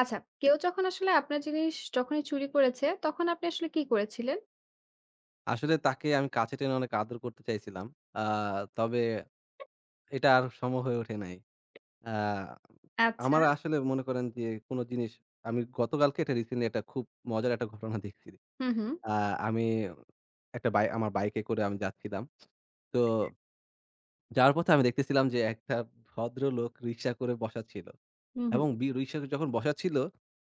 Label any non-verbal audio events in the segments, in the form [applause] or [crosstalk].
আচ্ছা, কেউ যখন আসলে আপনার জিনিস যখনই চুরি করেছে, তখন আপনি আসলে কি করেছিলেন? আসলে তাকে আমি কাছে টেনে অনেক আদর করতে চাইছিলাম। আ তবে এটা আর সম্ভব হয়ে ওঠে নাই। আ আচ্ছা। আমার আসলে মনে করেন যে কোন জিনিস আমি গতকালকে এটা রিসেন্টলি একটা খুব মজার একটা ঘটনা দেখছি। হুম, হুম। আ আমি একটা বাই আমার বাইকে করে যাচ্ছিলাম। তো যাওয়ার পথে আমি দেখতেছিলাম যে একটা ভদ্রলোক রিক্সা করে বসা ছিল। হুম, হুম। এবং রিক্সা যখন বসা ছিল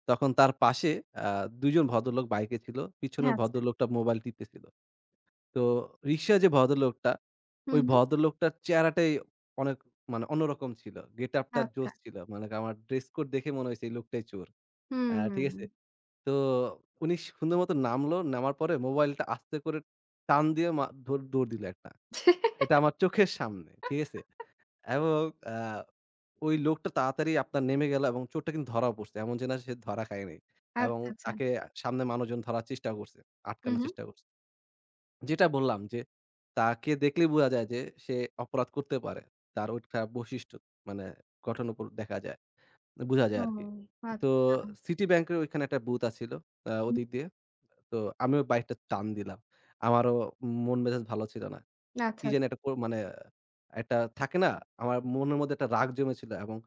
তখন তার পাশে আ ২ জন ভদ্রলোক বাইকে ছিল। পিছনের আচ্ছা। ভদ্রলোকটা মোবাইল টিপতেছিল। তো রিকশায় যে ভদ্রলোকটা, হুম, ওই হুম। ভদ্রলোকটার চেহারাটাই অনেক মানে অন্যরকম ছিল। গেটআপটা আচ্ছা। জোশ ছিল। মানে আমার ড্রেস কোড দেখে মনে হইছে এই লোকটাই চোর। ঠিক হুম। আছে? তো উনি সুন্দর মতো নামলো। নামার পরে মোবাইলটা আস্তে করে টান দিয়ে দৌড় দৌড় দিল একটা। [laughs] এটা আমার চোখের সামনে। ঠিক আছে? এবং আ ওই লোকটা তাড়াতাড়ি আপনার নেমে গেল এবং চোরটা কিন্তু ধরাও পড়ছে। এমন যে না সে ধরা খায় নাই। এবং আচ্ছা, আচ্ছা। তাকে সামনে মানুষজন ধরার চেষ্টাও করছে। হুম, আটকানোর হুম। চেষ্টা করছে। যেটা বললাম যে, তাকে দেখলেই বোঝা যায় যে সে অপরাধ করতে পারে। তার ওইটা বৈশিষ্ট্য মানে গঠন উপর দেখা যায়, বোঝা ও যায় আরকি। তো আচ্ছা। সিটি ব্যাংকের ওইখানে একটা বুথ আছিল হুম। ওদিক দিয়ে। তো আমিও বাইকটা টান দিলাম। আমারও মন মেজাজ ভালো ছিল না। কি আচ্ছা। জানি একটা ক মানে একটা থাকে না? আমার মনের মধ্যে একটা রাগ জমেছিল এবং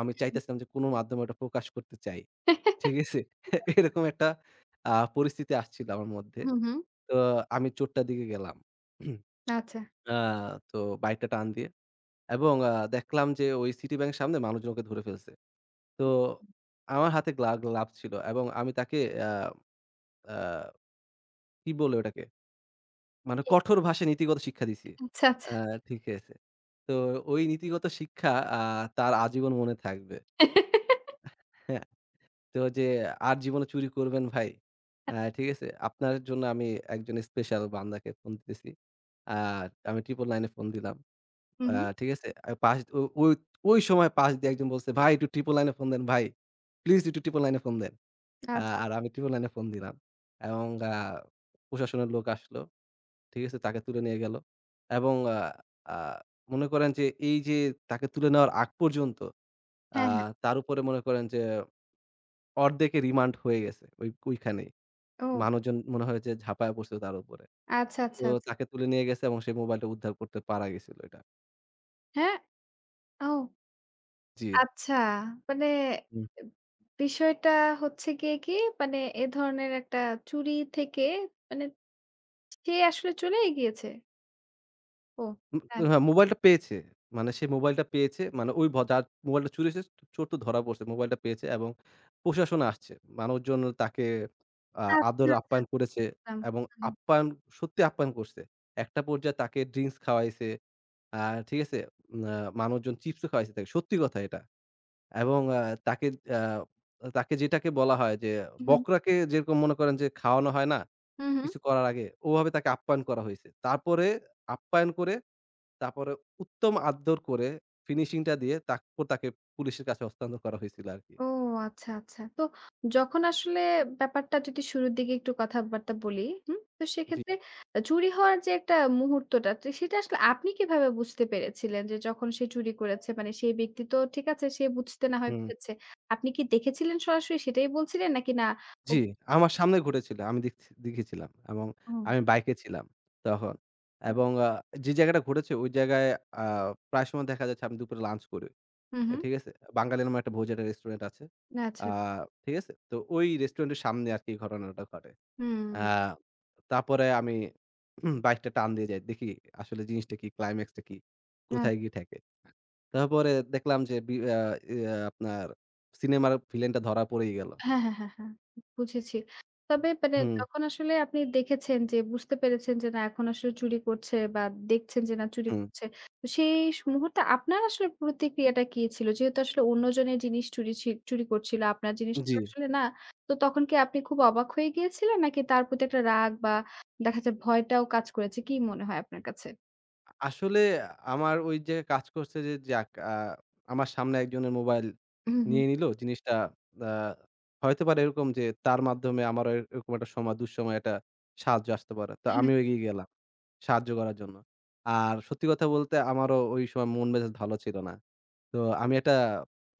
আমি চাইতেছিলাম যে কোনো মাধ্যমে ওটা প্রকাশ করতে চাই। ঠিক আছে? [laughs] এরকম একটা আ পরিস্থিতি আসছিল আমার মধ্যে। হুম, হুম। তো আমি চোরটার দিকে গেলাম। [clears throat] আচ্ছা। আ তো বাইকটা টান দিয়ে এবং দেখলাম যে ওই সিটি ব্যাংক সামনে মানুষজন ওকে ধরে ফেলছে। তো আমার হাতে গ্লাভস ছিল এবং আমি তাকে আ আ কি বলে ওটাকে? মানে ঠিক। কঠোর ভাষায় নীতিগত শিক্ষা দিছি। আচ্ছা, আচ্ছা। আ ঠিক আছে। তো ওই নীতিগত শিক্ষা আ তার আজীবন মনে থাকবে। হ্যাঁ? তো আর জীবনে চুরি করবেন ভাই। ঠিক আছে? আপনার জন্য আমি একজন স্পেশাল বান্দাকে ফোন দিতেছি। আর আমি 999 এ ফোন দিলাম। হুম, আ হুম। ঠিক আছে? আ পাশ ও ও ওই সময় পাশ দিয়ে একজন বলছে, "ভাই একটু ট্রিপল লাইনে ফোন দেন ভাই। প্লিজ একটু ট্রিপল লাইনে ফোন দেন।" আচ্ছা। আর আমি ট্রিপল লাইনে ফোন দিলাম। এবং প্রশাসনের লোক আসলো। ঠিক আছে? তাকে তুলে নিয়ে গেল। এবং আ আ মনে করেন যে এই যে তাকে তুলে নেওয়ার আগ পর্যন্ত আ হ্যাঁ, হ্যাঁ। তার উপরে মনে করেন যে অর্ধেকে রিমান্ড হয়ে গেছে ওই ওইখানেই। ও মানুষজন মনে হয় যে ঝাঁপায় পড়ছিল তার উপরে। আচ্ছা, তো আচ্ছা, আচ্ছা। তাকে তুলে নিয়ে গেছে এবং সে মোবাইলটা উদ্ধার করতে পারা গেছিল এটা। হ্যাঁ? ও জি। আচ্ছা। মানে এব বিষয়টা হচ্ছে গিয়ে কি, মানে এ ধরনের একটা চুরি থেকে মানে সে আসলে চলেই গিয়েছে? ও উম হ্যাঁ। হ্যাঁ, মোবাইলটা পেয়েছে। মানে সে মোবাইলটা পেয়েছে। মানে ওই যার মোবাইলটা চুরি হয়েছে চোর তো ধরা পড়ছে। মোবাইলটা পেয়েছে এবং প্রশাসন আসছে। মানুষজন তাকে আদর আচ্ছা, আপ্যায়ন করেছে আচ্ছা। এবং হুম, আপ্যায়ন সত্যি আপ্যায়ন করছে। একটা পর্যায়ে তাকে ড্রিংকস খাওয়াইছে। আ ঠিক আছে? উম আ মানুষজন চিপসও খাওয়াইছে তাকে। সত্যি কথা এটা। এবং তাকে আ তাকে যেটাকে বলা হয় যে হুম। বকরাকে যেরকম মনে করেন যে খাওয়ানো হয় না? হু, হুম। কিছু করার আগে, ওভাবে তাকে আপ্যায়ন করা হয়েছে। তারপরে আপ্যায়ন করে তারপরে উত্তম আদ্যর করে ফিনিশিং টা দিয়ে তারপর তাকে পুলিশের কাছে হস্তান্তর করা হয়েছিল আরকি। ও আচ্ছা, আচ্ছা। তো যখন আসলে ব্যাপারটা যদি শুরুর দিকে একটু কথাবার্তা বলি, হুম? তো জি। সেক্ষেত্রে চুরি হওয়ার যে একটা মুহূর্তটা তো সেটা আসলে আপনি কিভাবে বুঝতে পেরেছিলেন যে যখন সে চুরি করেছে? মানে সেই ব্যক্তি তো ঠিক আছে সে বুঝতে না হয় হুম। পেরেছে। আপনি কি দেখেছিলেন সরাসরি সেটাই বলছিলেন নাকি না? ও জি, আমার সামনে ঘটেছিল। আমি দেখছি দেখেছিলাম এবং ও আমি বাইকে ছিলাম তখন। ও, এবং যে জায়গাটা ঘটেছে ওই জায়গায় আ প্রায় সময় দেখা যাচ্ছে আমি দুপুরে লাঞ্চ করি। হুম, হুম। ঠিক আছে? বাঙালি নামে একটা ভোজের একটা রেস্টুরেন্ট আছে। আ আচ্ছা। ঠিক আছে? তো ওই রেস্টুরেন্টের সামনে আরকি এই ঘটনাটা ঘটে। হুম। আ তারপরে আমি বাইকটা টান দিয়ে যাই। দেখি আসলে জিনিসটা কি, ক্লাইম্যাক্সটা কি? কোথায় গিয়ে ঠেকে? তারপরে দেখলাম যে বি আ ইয়া আপনার সিনেমার ভিলেনটা ধরা পড়েই গেল। হ্যাঁ, হ্যাঁ, হ্যাঁ, হ্যাঁ। বুঝেছি। তবে মানে হুম, যখন আসলে আপনি দেখেছেন যে বুঝতে পেরেছেন যে না এখন আসলে চুরি করছে বা দেখছেন যে না চুরি হুম। করছে। তো সেই মুহূর্তে আপনার আসলে প্রতিক্রিয়াটা কি ছিল? যেহেতু আসলে অন্যজনের জিনিস চুরি চুরি করছিল, আপনার জিনিস তো জি। আসলে না। তো তখন কি আপনি খুব অবাক হয়ে গিয়েছিলেন? নাকি তার প্রতি একটা রাগ বা দেখা যায় ভয়টাও কাজ করেছে? কি মনে হয় আপনার কাছে? আসলে আমার ওই যে কাজ করছে যে যাক আমার সামনে একজনের মোবাইল হুম, হুম। নিয়ে নিল। জিনিসটা আ হইতে পারে এরকম যে তার মাধ্যমে আমারও এরকম একটা সময় দুঃসময়ে একটা সাহায্য আসতে পারে। তো আমিও এগিয়ে গেলাম। সাহায্য করার জন্য। আর সত্যি কথা বলতে আমারও ওই সময় মন মেজাজ ভালো ছিল না। তো আমি একটা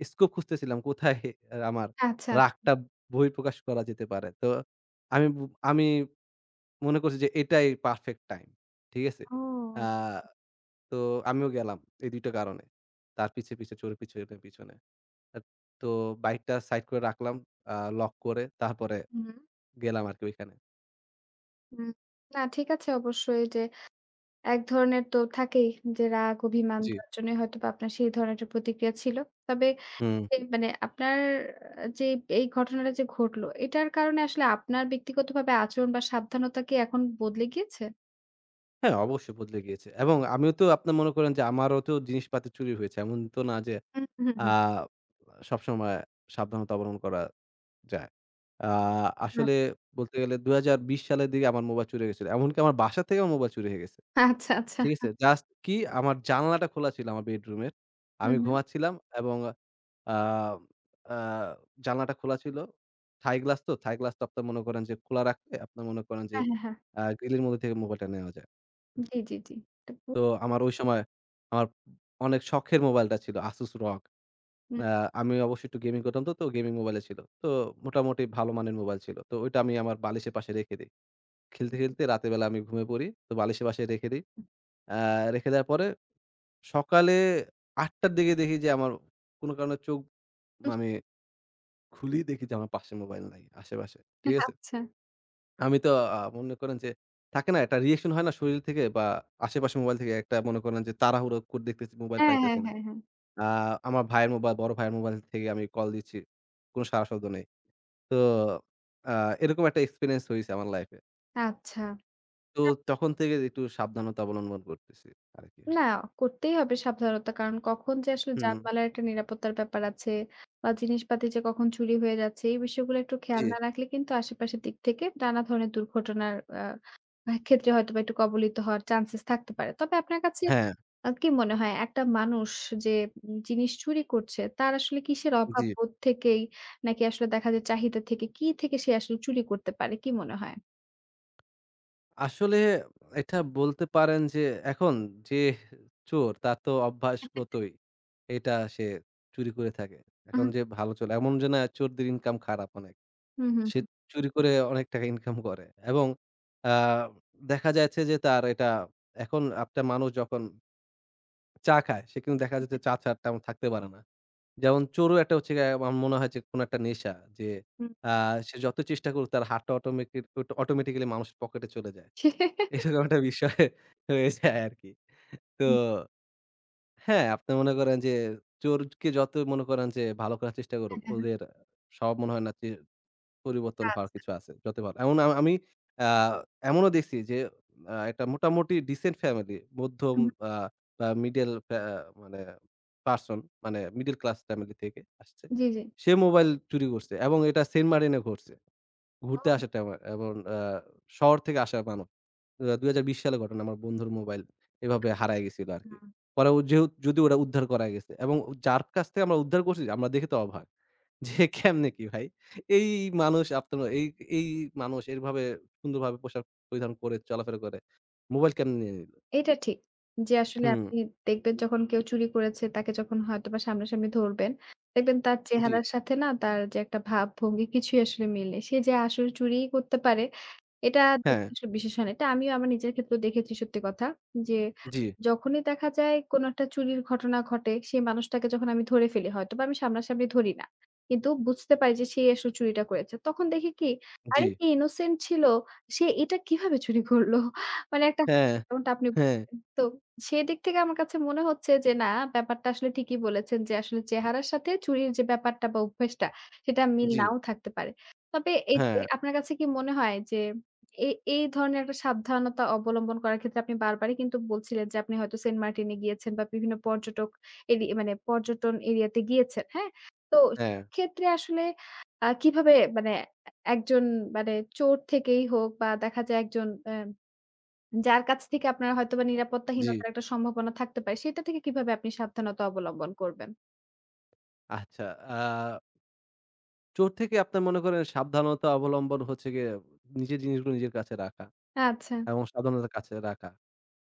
স্কোপ খুঁজতেছিলাম কোথায় আমার হ্যাঁ, আচ্ছা। রাগটা বহিঃপ্রকাশ করা যেতে পারে। তো আমি বু আমি মনে করছি যে এটাই পারফেক্ট টাইম। ঠিক আছে? আ ও! তো আমিও গেলাম এই ২ টা কারণে। তার পিছে, পিছে চোর পিছনে, পিছনে। আ তো বাইকটা সাইড করে রাখলাম আ লক করে তারপরে হুম, গেলাম আরকি ওইখানে। হুম। না ঠিক আছে অবশ্যই যে এক ধরনের তো থাকেই যে রাগ, অভিমান জি। তার জন্যই হয়তোবা আপনার সেই ধরনের একটা প্রতিক্রিয়া ছিল। তবে হুম। এ মানে আপনার যে এই ঘটনাটা যে ঘটলো, এটার কারণে আসলে আপনার ব্যক্তিগতভাবে আচরণ বা সাবধানতা কি এখন বদলে গিয়েছে? হ্যাঁ, অবশ্যই বদলে গিয়েছে। এবং আমিও তো আপনার মনে করেন যে আমারও তো জিনিসপাতি চুরি হয়েছে। এমন তো না যে হুম, হুম, আ হুম। সবসময় সাবধানতা অবলম্বন করা যায়। আ আ আসলে বলতে গেলে ২০২০ সালের দিকে আমার মোবাইল চুরি হয়ে গেছিল। এমনকি আমার বাসা থেকে আমার মোবাইল চুরি হয়ে গেছে। আচ্ছা, আচ্ছা। ঠিক আছে? জাস্ট কি আমার জানালাটা খোলা ছিল আমার বেডরুমের। হুম, আমি হুম। ঘুমাচ্ছিলাম এবং আ আ জানালাটা খোলা ছিল। থাই গ্লাস তো আপনার মনে করেন যে খোলা রাখলে আপনার মনে করেন যে হ্যাঁ, হ্যাঁ, হ্যাঁ। গ্রিলের মধ্যে থেকে মোবাইলটা নেওয়া যায়। জি, জি, জি। তো তো আমার ওই সময় আমার অনেক শখের মোবাইলটা ছিল Asus ROG। হুম। আ আমি অবশ্যই একটু গেমিং করতাম তো, তো গেমিং মোবাইলে ছিল। তো মোটামুটি ভালো মানের মোবাইল ছিল। তো ওইটা আমি আমার বালিশের পাশে রেখে দেই। খেলতে, খেলতে রাতের বেলা আমি ঘুমিয়ে পড়ি। তো বালিশের পাশে রেখে দেই। আ রেখে দেওয়ার পরে সকালে ৮:০০ র দিকে দেখি যে আমার কোনো কারণে চোখ আমি খুলি দেখি যে আমার পাশে মোবাইল নাই আশেপাশে। ঠিক আছে? আচ্ছা। আমি তো মনে করেন যে থাকে না একটা রিঅ্যাকশন হয় না শরীর থেকে বা আশেপাশে মোবাইল থেকে একটা মনে করেন যে তাড়াহুড়ো করে দেখতেছি মোবাইল হ্যাঁ, হ্যাঁ, পাইতেছি না। হ্যাঁ, হ্যাঁ। আ আমার ভাইয়ের মোবাইল, বড় ভাইয়ের মোবাইল থেকে আমি কল দিচ্ছি। কোন সাড়া শব্দ নেই। তো আ এরকম একটা এক্সপেরিয়েন্স হইছে আমার লাইফে। আচ্ছা। তো তখন থেকে একটু সাবধানতা অবলম্বন করতেছি আরকি। না, করতেই হবে সাবধানতা। কারণ কখন যে আসলে হুম, জানমালের একটা নিরাপত্তার ব্যাপার আছে বা জিনিসপাতি যে কখন চুরি হয়ে যাচ্ছে, এই বিষয়গুলো একটু খেয়াল জি। না রাখলে কিন্তু আশেপাশের দিক থেকে নানা ধরনের দুর্ঘটনার আ ক্ষেত্রে হয়তোবা একটু কবলিত হওয়ার চান্সেস থাকতে পারে। তবে আপনার কাছে হ্যাঁ, কি মনে হয় একটা মানুষ যে উম জিনিস চুরি করছে, তার আসলে কিসের জি। অভাব বোধ থেকেই নাকি আসলে দেখা যায় চাহিদা থেকে, কি থেকে সে আসলে চুরি করতে পারে? কি মনে হয়? আসলে এটা বলতে পারেন যে এখন যে চোর তার তো [laughs] অভ্যাসগতই। এটা সে চুরি করে থাকে। এখন উহু, যে ভালো চলে এমন যে না চোরদের ইনকাম খারাপ অনেক। হুম, হুম, সে হুম। চুরি করে অনেক টাকা ইনকাম করে এবং আ দেখা যাচ্ছে যে তার এটা এখন একটা মানুষ যখন চা খায়, সে কিন্তু দেখা যাচ্ছে চা ছাড়া তেমন থাকতে পারে না। যেমন চোরও একটা হচ্ছে গিয়ে আমার মনে হয় যে কোনো একটা নেশা যে হুম। হুম। আ সে যত চেষ্টা করুক তার হাতটা অটোমেটিক্যালি মানুষের পকেটে চলে যায়। [laughs] এরকম একটা বিষয় [laughs] হয়ে যায় আরকি। তো হ্যাঁ, আপনি মনে করেন যে চোরকে যত মনে করেন যে ভালো করার চেষ্টা করুক, হ্যাঁ, হ্যাঁ, হ্যাঁ। ওদের স্বভাব মনে হয় না যে পরিবর্তন হওয়ার আচ্ছা। কিছু আছে। যত ভালো। এমন আমি আ এমনও দেখছি যে একটা মোটামুটি ডিসেন্ট ফ্যামিলি মধ্যম আ বা মিডল ফ্যা মানে পারসন মানে মিডল ক্লাস ফ্যামিলি থেকে আসছে। জি, জি। সে মোবাইল চুরি করছে এবং এটা সেন্ট মার্টিন এ ঘটছে। ঘুরতে ও আসে তেমন এবং শহর থেকে আসা মানুষ। ২০২০ সালের ঘটনা আমার বন্ধুর মোবাইল এভাবে হারায় গেছিল আরকি। হুম, পরে ও যেহেতু যদিও ওটা উদ্ধার করা গেছে এবং যার কাছ থেকে আমরা উদ্ধার করছি আমরা দেখে তো অবাক। যে কেমনে কি ভাই? এই মানুষ আপনার এই এই মানুষ এভাবে সুন্দরভাবে পোশাক পরিধান করে চলাফেরা করে। মোবাইল কেমনে নিয়ে নিল? এটা ঠিক। যে আসলে হুম, আপনি দেখবেন যখন কেউ চুরি করেছে তাকে যখন হয়তোবা সামনাসামনি ধরবেন, দেখবেন তার জি, চেহারার সাথে না তার যে একটা ভাবভঙ্গি কিছুই আসলে মিল নেই। সে যে আসলে চুরিই করতে পারে এটা বেশ হ্যাঁ, কিছু বিশেষণ। এটা আমিও আমার নিজের ক্ষেত্রেও দেখেছি সত্যি কথা। যে জি, যখনই দেখা যায় কোনো একটা চুরির ঘটনা ঘটে, সেই মানুষটাকে যখন আমি ধরে ফেলি হয়তোবা আমি সামনাসামনি ধরি না। কিন্তু বুঝতে পারি যে সে আসলে চুরিটা করেছে। তখন দেখি কি, জি, আরে কি ইনোসেন্ট ছিল, সে এটা কিভাবে চুরি করল? মানে একটা হ্যাঁ, যেমনটা আপনি হ্যাঁ, বললেন। তো সেদিক থেকে আমার কাছে মনে হচ্ছে যে না ব্যাপারটা আসলে ঠিকই বলেছেন যে আসলে চেহারার সাথে চুরির যে ব্যাপারটা বা অভ্যাসটা সেটা মিল জি, নাও থাকতে পারে। তবে এই যে হ্যাঁ, আপনার কাছে কি মনে হয় যে এ এই ধরনের একটা সাবধানতা অবলম্বন করার ক্ষেত্রে আপনি বারবারই কিন্তু বলছিলেন যে, আপনি হয়তো সেন্ট মার্টিনে গিয়েছেন বা বিভিন্ন পর্যটক মানে পর্যটন এরিয়াতে গিয়েছেন, হ্যাঁ? তো হ্যাঁ, সেক্ষেত্রে আসলে কিভাবে মানে একজন মানে চোর থেকেই হোক বা দেখা যায় একজন যার কাছ থেকে আপনার হয়তোবা জি। নিরাপত্তাহীনতার একটা সম্ভাবনা থাকতে পারে, সেটা থেকে কিভাবে আপনি সাবধানতা অবলম্বন করবেন? আচ্ছা, আ চোর থেকে আপনার মনে করেন সাবধানতা অবলম্বন হচ্ছে গিয়ে নিজের জিনিসগুলো নিজের কাছে রাখা। আচ্ছা। এবং সাবধানতার কাছে রাখা।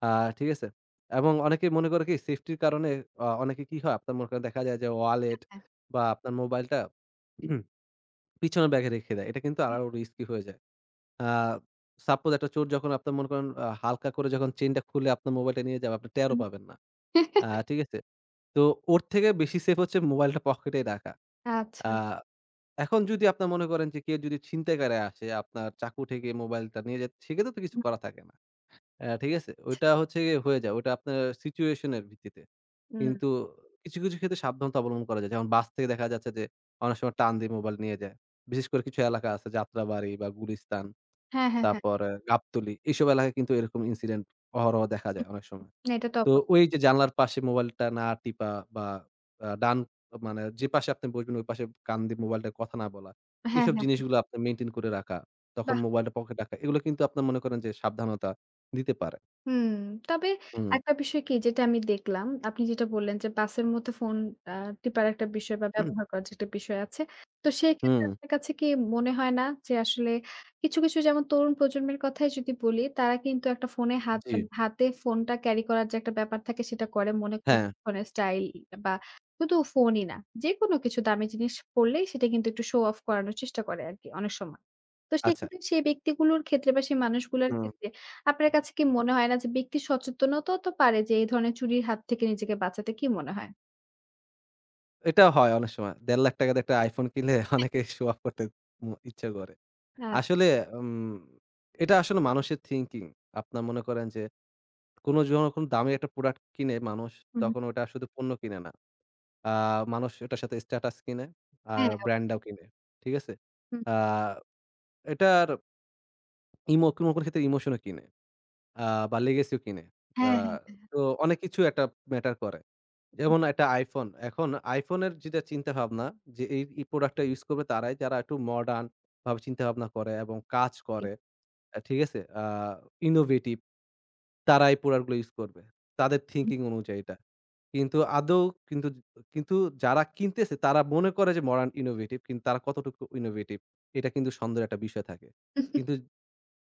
আ ঠিক আছে? এবং অনেকেই মনে করে কি সেফটির কারণে অনেকে কি হয় আপনার মনে করেন দেখা যায় যে ওয়ালেট হ্যাঁ। বা আপনার মোবাইলটা পিছনের ব্যাগে রেখে দেয়। এটা কিন্তু হুম, আরো রিস্কি হয়ে যায়। আ সাপোজ একটা চোর যখন আপনার মনে করেন হালকা করে যখন চেইনটা খুলে আপনার মোবাইলটা নিয়ে যাবে আপনি টেরও হুম। পাবেন না। ঠিক আছে? তো ওর থেকে বেশি সেফ হচ্ছে মোবাইলটা পকেটে রাখা। আ আচ্ছা, এখন যদি আপনার মনে করেন যে কেউ যদি ছিনতাইকারী আসে আপনার চাকু ঠেকিয়ে মোবাইলটা নিয়ে যায় সেক্ষেত্রে তো কিছু করা থাকে না। অ্যা ঠিক আছে? আচ্ছা। ওইটা হচ্ছে গিয়ে হয়ে যায়। ওইটা আপনার সিচুয়েশন এর ভিত্তিতে। হুম। কিন্তু কিছু, কিছু ক্ষেত্রে সাবধানতা অবলম্বন করা যায়। যেমন বাস থেকে দেখা যাচ্ছে যে অনেক সময় টান দিয়ে মোবাইল নিয়ে যায়। বিশেষ করে কিছু এলাকা আছে যাত্রাবাড়ি বা গুলিস্তান, হ্যাঁ, হ্যাঁ, হ্যাঁ। তারপর গাবতলী এইসব এলাকায় কিন্তু এরকম ইনসিডেন্ট অহরহ দেখা যায় হুম, অনেক সময়। না এটা তো তো ওই যে জানলার পাশে মোবাইলটা না টিপা বা আ ডান মানে যে পাশে আপনি বসবেন ওই পাশে কান দিয়ে মোবাইলটায় কথা না বলা। হ্যাঁ, এইসব হ্যাঁ। জিনিসগুলো আপনি মেইনটেইন করে রাখা, তখন মোবাইলটা পকেটে রাখা। এগুলো কিন্তু আপনার মনে করেন যে সাবধানতা দিতে পারে। হুম, তবে হুম, একটা বিষয় কি যেটা আমি দেখলাম, আপনি যেটা বললেন যে বাসের মধ্যে ফোন আ টিপার একটা বিষয় বা ব্যবহার করার যে একটা বিষয় আছে। তো সেক্ষেত্রে হুম, আপনার কাছে কি মনে হয় না যে আসলে কিছু, কিছু যেমন তরুণ প্রজন্মের কথাই যদি বলি, তারা কিন্তু একটা ফোনে হাত জি, মানে হাতে ফোনটা ক্যারি করার যে একটা ব্যাপার থাকে সেটা করে মনে করে হ্যাঁ, ফোনের স্টাইল বা শুধু ফোনই না। যেকোনো কিছু দামি জিনিস পড়লেই সেটা কিন্তু একটু শো অফ করানোর চেষ্টা করে আরকি অনেক সময়। তো আচ্ছা। সেক্ষেত্রে সেই ব্যক্তিগুলোর ক্ষেত্রে বা সেই মানুষগুলোর হুম। ক্ষেত্রে আপনার কাছে কি মনে হয় না যে ব্যক্তি সচেতনতাও তো পারে যে এই ধরনের চুরির হাত থেকে নিজেকে বাঁচাতে? কি মনে হয়? এটা হয় অনেক সময়। ৳১,৫,০০,০০০ দিয়ে একটা iPhone কিনলে [laughs] হ্যাঁ। অনেকে শো অফ করতে ইচ্ছা করে। আ আসলে উম এটা আসলে মানুষের থিংকিং। আপনার মনে করেন যে কোন যখন দামি একটা প্রোডাক্ট কিনে মানুষ হুম, হুম। তখন ওটা শুধু পণ্য কিনে না। আ মানুষ ওটার সাথে স্ট্যাটাস কিনে আর হ্যাঁ, ব্র্যান্ডটাও কিনে। ঠিক আছে? হুম। আ এটার কোনো, কোনো ক্ষেত্রে ইমোশনও কিনে আ বা লেগেসিও কিনে। আ হ্যাঁ, হ্যাঁ। তো অনেক কিছু একটা ম্যাটার করে। যেমন একটা iPhone, এখন iPhone এর যেটা চিন্তাভাবনা যে এই, এই প্রোডাক্ট টা ইউস করবে তারাই যারা একটু মডার্ন ভাবে চিন্তাভাবনা করে এবং কাজ জি। করে। ঠিক আছে? ইনোভেটিভ তারা এই প্রোডাক্ট গুলো ইউস করবে। তাদের হুম। থিংকিং অনুযায়ী এটা। কিন্তু আদৌ কিন্তু, কিন্তু যারা কিনতেছে তারা মনে করে যে মডার্ন ইনোভেটিভ কিন্তু তারা কতটুকু ইনোভেটিভ এটা কিন্তু সন্দেহের একটা বিষয় থাকে। কিন্তু [laughs]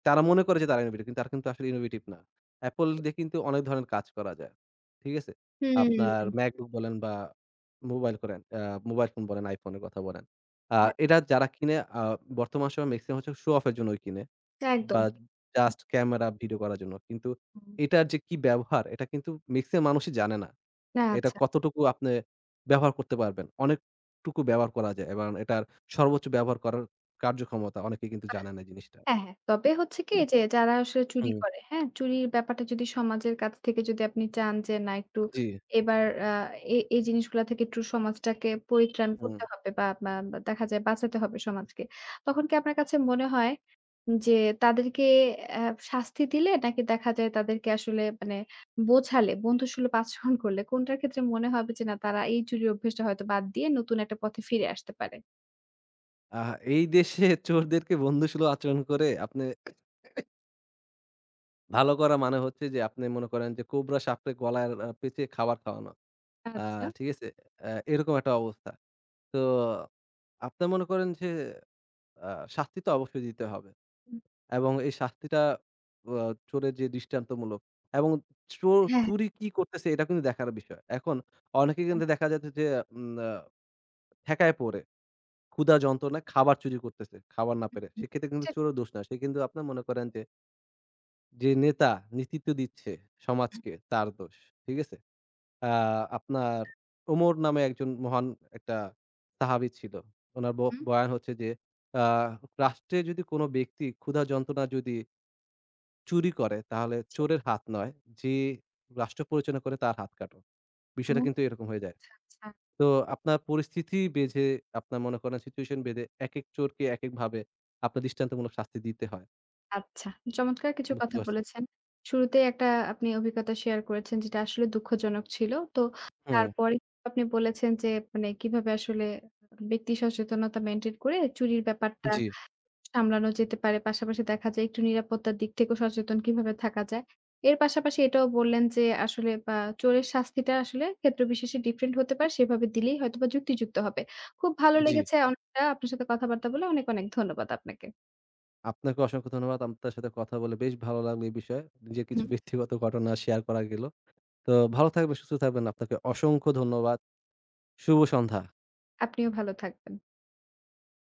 তারা মনে করে যে তারা ইনোভেটিভ কিন্তু তারা কিন্তু আসলে ইনোভেটিভ না। Apple ঠিক। দিয়ে কিন্তু অনেক ধরনের কাজ করা যায়। ঠিক আছে? আপনার হুম। MacBook বলেন বা মোবাইল করেন মোবাইল ফোন বলেন, iPhone এর কথা বলেন। আ এটা যারা কিনে বর্তমান সময়ে মেক্সিমাম হচ্ছে শো অফ এর জন্যই কিনে হ্যাঁ, একদম বা ঠিক। জাস্ট ক্যামেরা ভিডিও করার জন্য। কিন্তু হুম। এটার যে কি ব্যবহার এটা কিন্তু মেক্সিমাম মানুষই জানে না। না এটা আচ্ছা। কতটুকু আপনি ব্যবহার করতে পারবেন। অনেকটুকু ব্যবহার করা যায় এবং এটার সর্বোচ্চ ব্যবহার করার কার্যক্ষমতা অনেকে কিন্তু জানে না এই জিনিসটা। হ্যাঁ, হ্যাঁ। তবে হচ্ছে কি যে যারা আসলে চুরি হুম, করে, হ্যাঁ? চুরির ব্যাপারটা যদি সমাজের কাছ থেকে যদি আপনি চান যে না একটু জি। এবার এই জিনিসগুলা থেকে একটু সমাজটাকে পরিত্রাণ হুম। করতে হবে বা বা বা দেখা যায় বাঁচাতে হবে সমাজকে। তখন কি আপনার কাছে মনে হয় যে তাদেরকে অ্যা শাস্তি দিলে নাকি দেখা যায় তাদেরকে আসলে মানে বোঝালে, বন্ধুসুলভ আচরণ করলে কোনটার ক্ষেত্রে মনে হবে যে না তারা এই চুরির অভ্যাসটা হয়তো বাদ দিয়ে নতুন একটা পথে ফিরে আসতে পারে? আহ এই দেশে [laughs] চোরদেরকে বন্ধুসুলভ আচরণ করে আপনি ভালো করা মানে হচ্ছে যে আপনি মনে করেন যে কোবরা সাপকে গলায় পেঁচিয়ে খাবার খাওয়ানো। আ আচ্ছা। ঠিক আছে? এরকম একটা অবস্থা। তো আপনার মনে করেন যে আ শাস্তি তো অবশ্যই দিতে হবে। হুম, এবং এই শাস্তিটা আ চোরের যে দৃষ্টান্তমূলক এবং চোর হ্যাঁ, চুরি কি করতেছে এটা কিন্তু দেখার বিষয়। এখন অনেকে আচ্ছা। কিন্তু দেখা যাচ্ছে যে উম আ ঠেকায় পড়ে। ক্ষুধা যন্ত্রণায় খাবার চুরি করতেছে, খাবার না হুম, পেরে। হুম। সেক্ষেত্রে কিন্তু এটা চোরের দোষ না। সে কিন্তু আপনার মনে করেন যে, যে নেতা নেতৃত্ব দিচ্ছে হুম, সমাজকে তার দোষ। ঠিক আছে? আ আপনার ওমর নামে একজন মহান একটা সাহাবী ছিল। উনার ব হুম। বয়ান হচ্ছে যে, আ রাষ্ট্রে যদি কোনো ব্যক্তি ক্ষুধা যন্ত্রণা যদি চুরি করে তাহলে জি। চোরের হাত নয়, যে রাষ্ট্র পরিচালনা করে তার হাত কাটো। ও বিষয়টা কিন্তু এরকম হয়ে যায়। আচ্ছা, আচ্ছা, তো আপনার পরিস্থিতি বেঁধে আপনার মনে করেন সিচুয়েশন বেঁধে একেক চোরকে একেকভাবে আপনার দৃষ্টান্তমূলক শাস্তি দিতে হয়। আচ্ছা। চমৎকার কিছু বুঝতে কথা পারছি। বলেছেন। শুরুতেই একটা আপনি অভিজ্ঞতা শেয়ার করেছেন যেটা আসলে দুঃখজনক ছিল। তো হুম, তারপরে আপনি বলেছেন যে মানে কিভাবে আসলে ব্যক্তি সচেতনতা মেইনটেইন করে চুরির ব্যাপারটা জি, সামলানো যেতে পারে। পাশাপাশি দেখা যায় একটু নিরাপত্তার দিক থেকেও সচেতন কিভাবে থাকা যায়। এর পাশাপাশি এটাও বললেন যে আসলে বা চোরের শাস্তিটা আসলে ক্ষেত্র বিশেষে ডিফারেন্ট হতে পারে। সেভাবে দিলেই হয়তোবা যুক্তিযুক্ত হবে। খুব ভালো হুম। জি। লেগেছে অনেকটা আপনার সাথে কথাবার্তা বলে অনেক, অনেক ধন্যবাদ আপনাকে। আপনাকে অসংখ্য ধন্যবাদ। আপনার সাথে কথা বলে বেশ ভালো লাগলো এই বিষয়ে। নিজের কিছু হুম। ব্যক্তিগত ঘটনা শেয়ার করা গেল। তো ভালো থাকবেন, সুস্থ থাকবেন। আপনাকে অসংখ্য ধন্যবাদ। শুভ সন্ধ্যা। আপনিও ভালো থাকবেন।